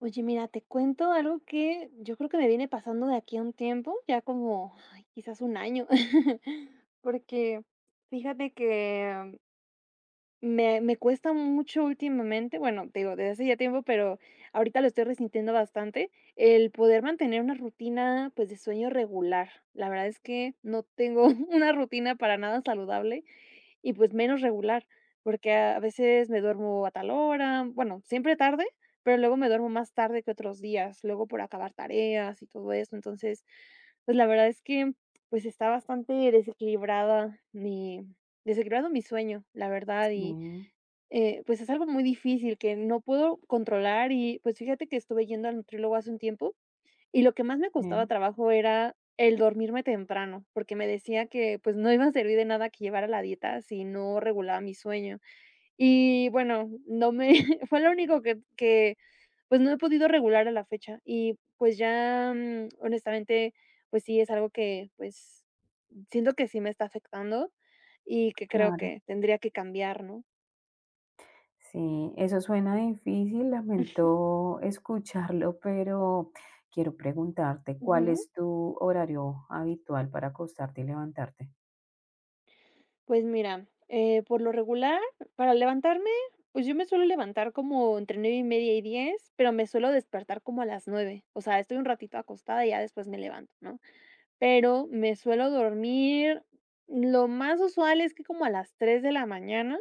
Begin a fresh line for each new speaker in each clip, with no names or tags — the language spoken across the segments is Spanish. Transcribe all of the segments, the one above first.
Oye, mira, te cuento algo que yo creo que me viene pasando de aquí a un tiempo, ya como ay, quizás un año, porque fíjate que me cuesta mucho últimamente, bueno, te digo, desde hace ya tiempo, pero ahorita lo estoy resintiendo bastante, el poder mantener una rutina, pues, de sueño regular. La verdad es que no tengo una rutina para nada saludable y, pues, menos regular, porque a veces me duermo a tal hora, bueno, siempre tarde, pero luego me duermo más tarde que otros días, luego por acabar tareas y todo eso. Entonces, pues, la verdad es que, pues, está bastante desequilibrada mi desequilibrado mi sueño, la verdad, y
Mm,
pues, es algo muy difícil que no puedo controlar y, pues, fíjate que estuve yendo al nutriólogo hace un tiempo, y lo que más me costaba
eh,
trabajo era el dormirme temprano, porque me decía que, pues, no iba a servir de nada que llevara la dieta si no regulaba mi sueño. Y bueno, no me fue lo único que, pues, no he podido regular a la fecha y, pues, ya, honestamente, pues sí, es algo que, pues, siento que sí me está afectando y que creo
claro.
que tendría que cambiar, ¿no?
Sí, eso suena difícil, lamento escucharlo, pero quiero preguntarte, ¿cuál
Ujú.
es tu horario habitual para acostarte y levantarte?
Pues mira, por lo regular, para levantarme, pues yo me suelo levantar como entre 9:30 y 10, pero me suelo despertar como a las 9. O sea, estoy un ratito acostada y ya después me levanto, ¿no? Pero me suelo dormir, lo más usual es que como a las 3 de la mañana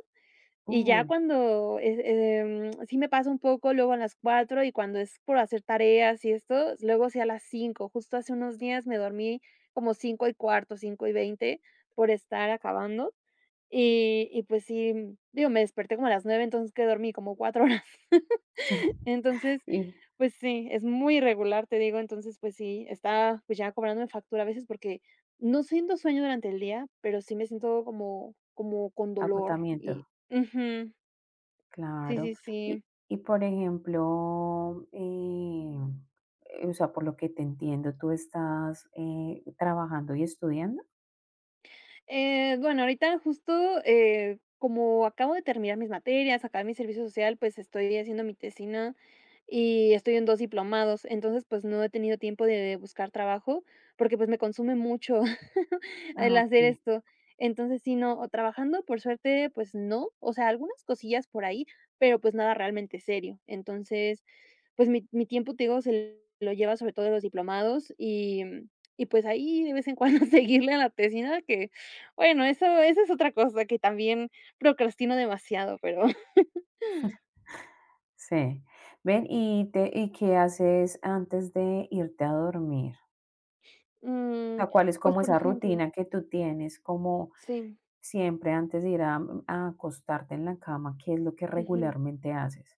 y ya
Uy,
cuando sí me pasa un poco, luego a las 4 y cuando es por hacer tareas y esto, luego sí a las 5. Justo hace unos días me dormí como 5:15, 5:20 por estar acabando. Y pues sí, digo, me desperté como a las 9 entonces que dormí como 4 horas.
sí.
Entonces,
Y
pues sí, es muy irregular, te digo, entonces, pues sí, está, pues, ya cobrándome factura a veces porque no siento sueño durante el día, pero sí me siento como como con dolor
agotamiento,
y ujú, sí,
claro.
sí,
Y,
sí.
y por ejemplo, o sea, por lo que te entiendo, ¿tú estás trabajando y estudiando?
Bueno, ahorita justo, como acabo de terminar mis materias, acá mi servicio social, pues estoy haciendo mi tesina y estoy en 2 diplomados. Entonces, pues no he tenido tiempo de buscar trabajo porque, pues, me consume mucho el
Ah, ok.
hacer esto. Entonces, sí, no, o trabajando, por suerte, pues no, o sea, algunas cosillas por ahí, pero pues nada realmente serio. Entonces, pues mi tiempo, te digo, se lo lleva sobre todo de los diplomados y pues ahí de vez en cuando seguirle a la tesina que bueno, eso esa es otra cosa que también procrastino demasiado, pero
Sí. Ven, ¿y qué haces antes de irte a dormir? O
mm,
sea, ¿cuál es
pues,
como
por
esa
ejemplo,
rutina que tú tienes como
sí,
siempre antes de ir a acostarte en la cama? ¿Qué es lo que
ujú.
regularmente haces?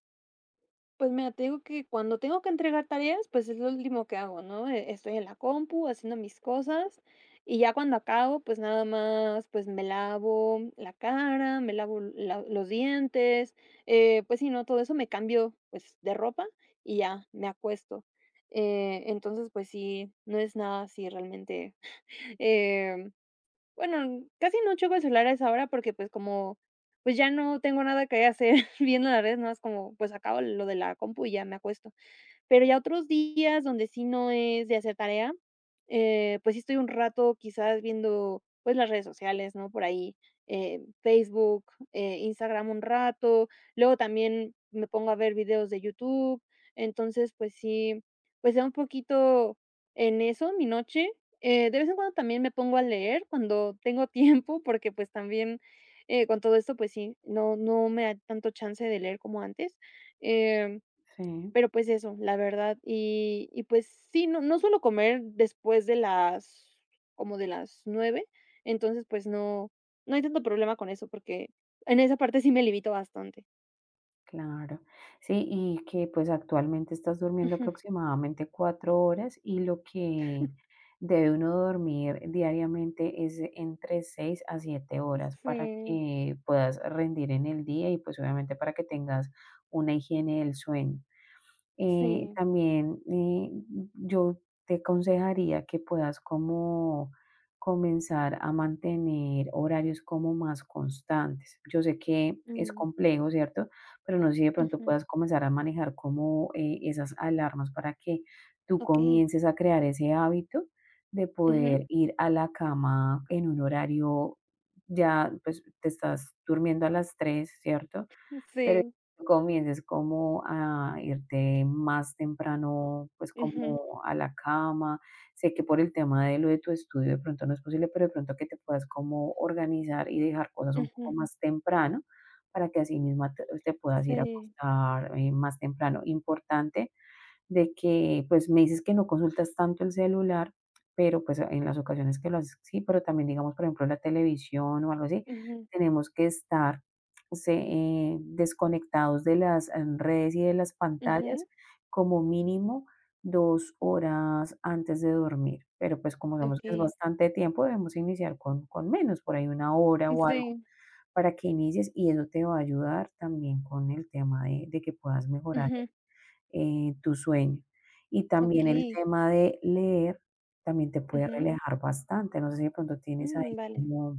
Pues mira, te digo que cuando tengo que entregar tareas, pues es lo último que hago, ¿no? Estoy en la compu haciendo mis cosas y ya cuando acabo, pues nada más, pues me lavo la cara, me lavo la los dientes, pues si, ¿no? Todo eso, me cambio, pues, de ropa y ya me acuesto. Entonces, pues sí, no es nada así realmente, em bueno, casi no choco el celular a esa hora porque, pues, como, pues, ya no tengo nada que hacer viendo las redes, no es como, pues, acabo lo de la compu y ya me acuesto. Pero ya otros días donde sí no es de hacer tarea, pues sí estoy un rato quizás viendo, pues, las redes sociales, ¿no? Por ahí, Facebook, Instagram un rato, luego también me pongo a ver videos de YouTube. Entonces, pues sí, pues sea un poquito en eso mi noche. De vez en cuando también me pongo a leer cuando tengo tiempo, porque, pues, también, con todo esto, pues sí, no me da tanto chance de leer como antes, em
Sí.
pero, pues eso, la verdad, y pues sí, no suelo comer después de las como de las 9 entonces, pues no hay tanto problema con eso, porque en esa parte sí me limito bastante.
Claro. Sí, y que pues actualmente estás durmiendo
Ujú.
aproximadamente 4 horas y lo que debe uno dormir diariamente es entre 6 a 7 horas para
Sí,
que puedas rendir en el día y pues obviamente para que tengas una higiene del sueño. Eh,
sí,
también, eh, yo te aconsejaría que puedas como comenzar a mantener horarios como más constantes. Yo sé que es
mm,
complejo, ¿cierto? Pero no sé si de pronto
ujú,
puedas comenzar a manejar como esas alarmas para que tú
okey.
comiences a crear ese hábito de
Ujú,
poder ir a la cama en un horario, ya pues te estás durmiendo a las tres, ¿cierto? Pero
sí,
comiences como a irte más temprano, pues,
ujú,
como a la cama. Sé que por el tema de lo de tu estudio de pronto no es posible, pero de pronto que te puedas como organizar y dejar cosas un poco
ujú,
más temprano, para que así misma te puedas ir a
sí,
acostar, más temprano. Importante de que, pues, me dices que no consultas tanto el celular, pero, pues, en las ocasiones que lo haces, sí, pero también, digamos, por ejemplo, la televisión o algo así,
ujú,
tenemos que estar se desconectados de las, redes y de las pantallas
ujú,
como mínimo 2 horas antes de dormir, pero, pues, como sabemos que es
okey.
bastante tiempo, debemos iniciar con menos, por ahí 1 hora o algo
Sí,
para que inicies y eso te va a ayudar también con el tema de que puedas mejorar
ujú,
tu sueño. Y también el
okey.
tema de leer también te puede
Ujú,
relajar bastante. No sé si de pronto tienes ahí
mm, vale.
como,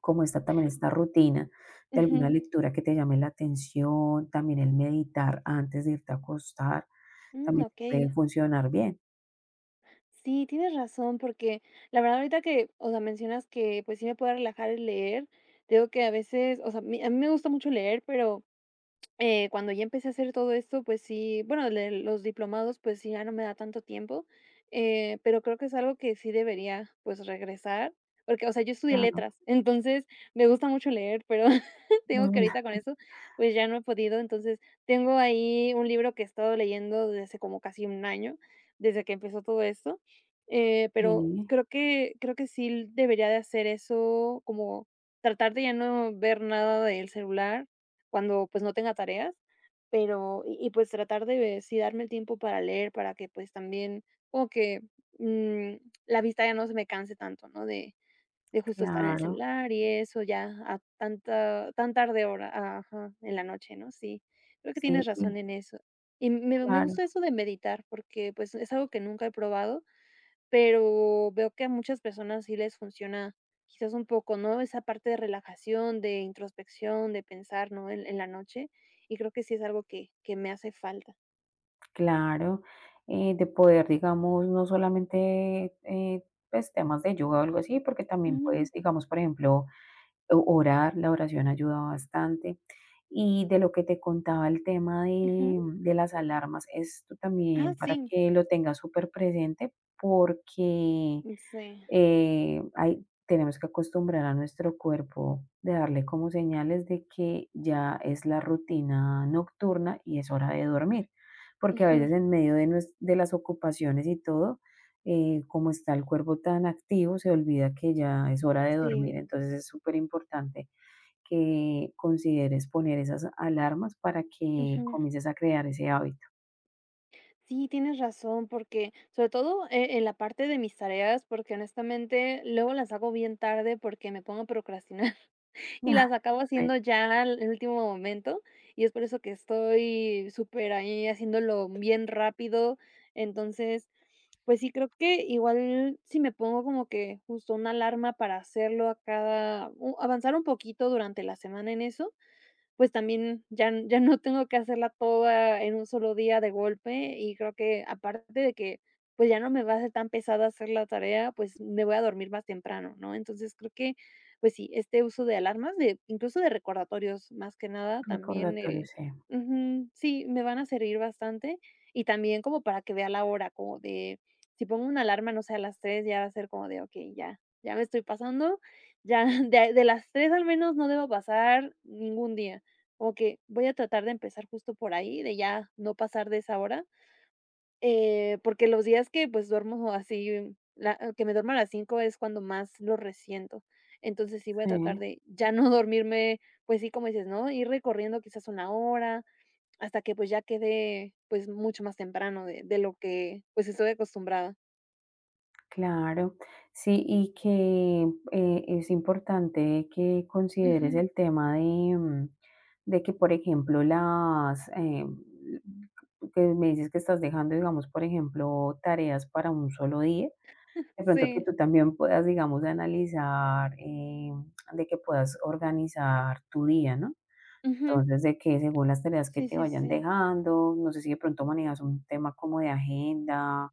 como esta también esta rutina de alguna
Ujú,
lectura que te llame la atención, también el meditar antes de irte a acostar,
mm,
también te
okey.
puede funcionar bien.
Sí, tienes razón, porque la verdad ahorita que, o sea, mencionas que, pues, sí me puede relajar el leer, te digo que a veces, o sea, mi a mí me gusta mucho leer, pero cuando ya empecé a hacer todo esto, pues sí, bueno, de los diplomados, pues sí, ya no me da tanto tiempo, pero creo que es algo que sí debería, pues, regresar, porque, o sea, yo estudié
Claro.
letras, entonces me gusta mucho leer, pero tengo que
Mm,
ahorita con eso, pues ya no he podido, entonces tengo ahí un libro que he estado leyendo desde como casi un año, desde que empezó todo esto, pero
sí,
creo que sí debería de hacer eso, como tratar de ya no ver nada del celular cuando, pues, no tenga tareas, pero y, pues, tratar de sí darme el tiempo para leer, para que, pues, también como que, mm, la vista ya no se me canse tanto, ¿no? De justo estar en el
claro,
celular y eso ya a tanta tan tarde hora ajá, en la noche, ¿no? Sí, creo que
sí,
tienes razón en eso. Y me
claro,
gusta eso de meditar porque, pues, es algo que nunca he probado pero veo que a muchas personas sí les funciona quizás un poco, ¿no? Esa parte de relajación, de introspección, de pensar, ¿no? En la noche. Y creo que sí es algo que me hace falta.
claro. De poder, digamos, no solamente pues, temas de yoga o algo así, porque también
Ujú,
puedes, digamos, por ejemplo, O orar, la oración ayuda bastante. Y de lo que te contaba el tema de
ujú.
de las alarmas, esto
Ah,
también para
sí.
que lo tengas súper presente porque
Sí.
tenemos que acostumbrar a nuestro cuerpo de darle como señales de que ya es la rutina nocturna y es hora de dormir, porque a
Ujú,
veces en medio de, de las ocupaciones y todo, como está el cuerpo tan activo, se olvida que ya es hora de dormir,
sí.
entonces es súper importante que consideres poner esas alarmas para que
Ujú.
comiences a crear ese hábito.
Sí, tienes razón, porque sobre todo en la parte de mis tareas, porque honestamente luego las hago bien tarde porque me pongo a procrastinar. Y
Ah,
las acabo
sí,
haciendo ya al último momento, y es por eso que estoy súper ahí haciéndolo bien rápido. Entonces, pues sí, creo que igual si me pongo como que justo una alarma para hacerlo a cada, avanzar un poquito durante la semana en eso, pues también ya no tengo que hacerla toda en un solo día de golpe, y creo que aparte de que, pues, ya no me va a ser tan pesada hacer la tarea, pues, me voy a dormir más temprano, ¿no? Entonces, creo que, pues sí, este uso de alarmas, de incluso de recordatorios, más que nada, también
recordatorio,
el
sí.
ujú, sí, me van a servir bastante, y también como para que vea la hora, como de, si pongo una alarma, no sé, a las 3 ya va a ser como de: "Okey, ya, ya me estoy pasando, ya de las 3 al menos no debo pasar ningún día". Ok, voy a tratar de empezar justo por ahí, de ya no pasar de esa hora, porque los días que pues duermo así, que me duermo a las 5 es cuando más lo resiento. Entonces sí voy a
Sí.
tratar de ya no dormirme, pues sí, como dices, ¿no? Ir recorriendo quizás una hora hasta que pues ya quede pues mucho más temprano de lo que pues estoy acostumbrada.
Claro, sí, y que es importante que consideres
Ujú,
el tema de, mm, de que, por ejemplo, las que me dices que estás dejando, digamos, por ejemplo, tareas para un solo día, de pronto que
sí,
tú también puedas, digamos, analizar, de que puedas organizar tu día, ¿no?
ujú,
Entonces, de que según las tareas que
sí,
te
sí,
vayan
sí.
dejando, no sé si de pronto manejas un tema como de agenda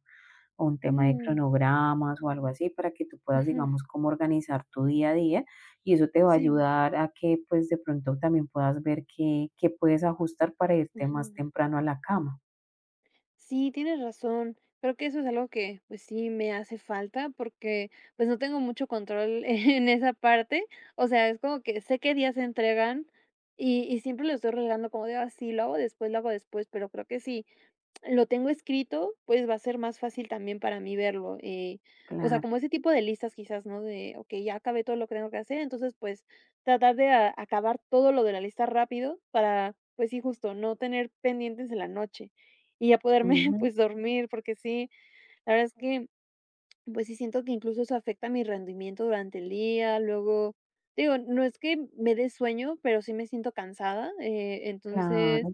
o un tema de
Mm,
cronogramas o algo así para que tú puedas,
ujú,
digamos, cómo organizar tu día a día y eso te va a
sí.
ayudar a que pues de pronto también puedas ver qué, qué puedes ajustar para irte más
Ujú.
temprano a la cama.
Sí, tienes razón. Creo que eso es algo que, pues sí, me hace falta porque, pues no tengo mucho control en esa parte. O sea, es como que sé qué días se entregan y siempre lo estoy relegando como de, así lo hago después, pero creo que sí. Lo tengo escrito, pues, va a ser más fácil también para mí verlo, o sea,
Claro,
como ese tipo de listas quizás, ¿no? De, okey, ya acabé todo lo que tengo que hacer, entonces, pues, tratar de a acabar todo lo de la lista rápido para, pues sí, justo no tener pendientes en la noche y ya poderme,
ujú,
pues, dormir, porque sí, la verdad es que, pues sí, siento que incluso eso afecta mi rendimiento durante el día, luego, digo, no es que me dé sueño, pero sí me siento cansada, entonces
claro,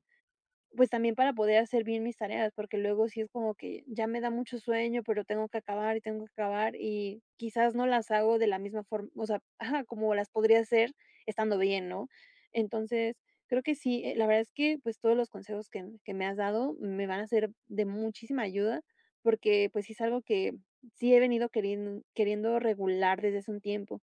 pues, también para poder hacer bien mis tareas, porque luego sí es como que ya me da mucho sueño, pero tengo que acabar y tengo que acabar, y quizás no las hago de la misma forma, o sea, ajá, como las podría hacer estando bien, ¿no? Entonces, creo que sí, la verdad es que, pues, todos los consejos que me has dado me van a ser de muchísima ayuda, porque, pues, sí es algo que sí he venido queriendo regular desde hace un tiempo.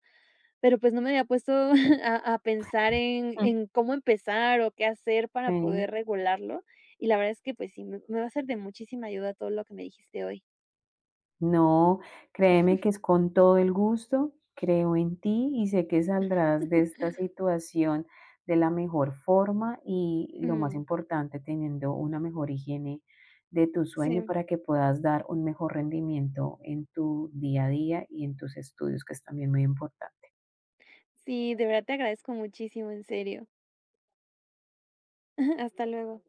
Pero, pues, no me había puesto a pensar en
mm,
cómo empezar o qué hacer para
sí.
poder regularlo. Y la verdad es que, pues sí, me va a ser de muchísima ayuda todo lo que me dijiste hoy.
No, créeme que es con todo el gusto, creo en ti y sé que saldrás de esta situación de la mejor forma y lo más
Mm,
importante, teniendo una mejor higiene de tu sueño
sí,
para que puedas dar un mejor rendimiento en tu día a día y en tus estudios, que es también muy importante.
sí, de verdad te agradezco muchísimo, en serio. Hasta luego.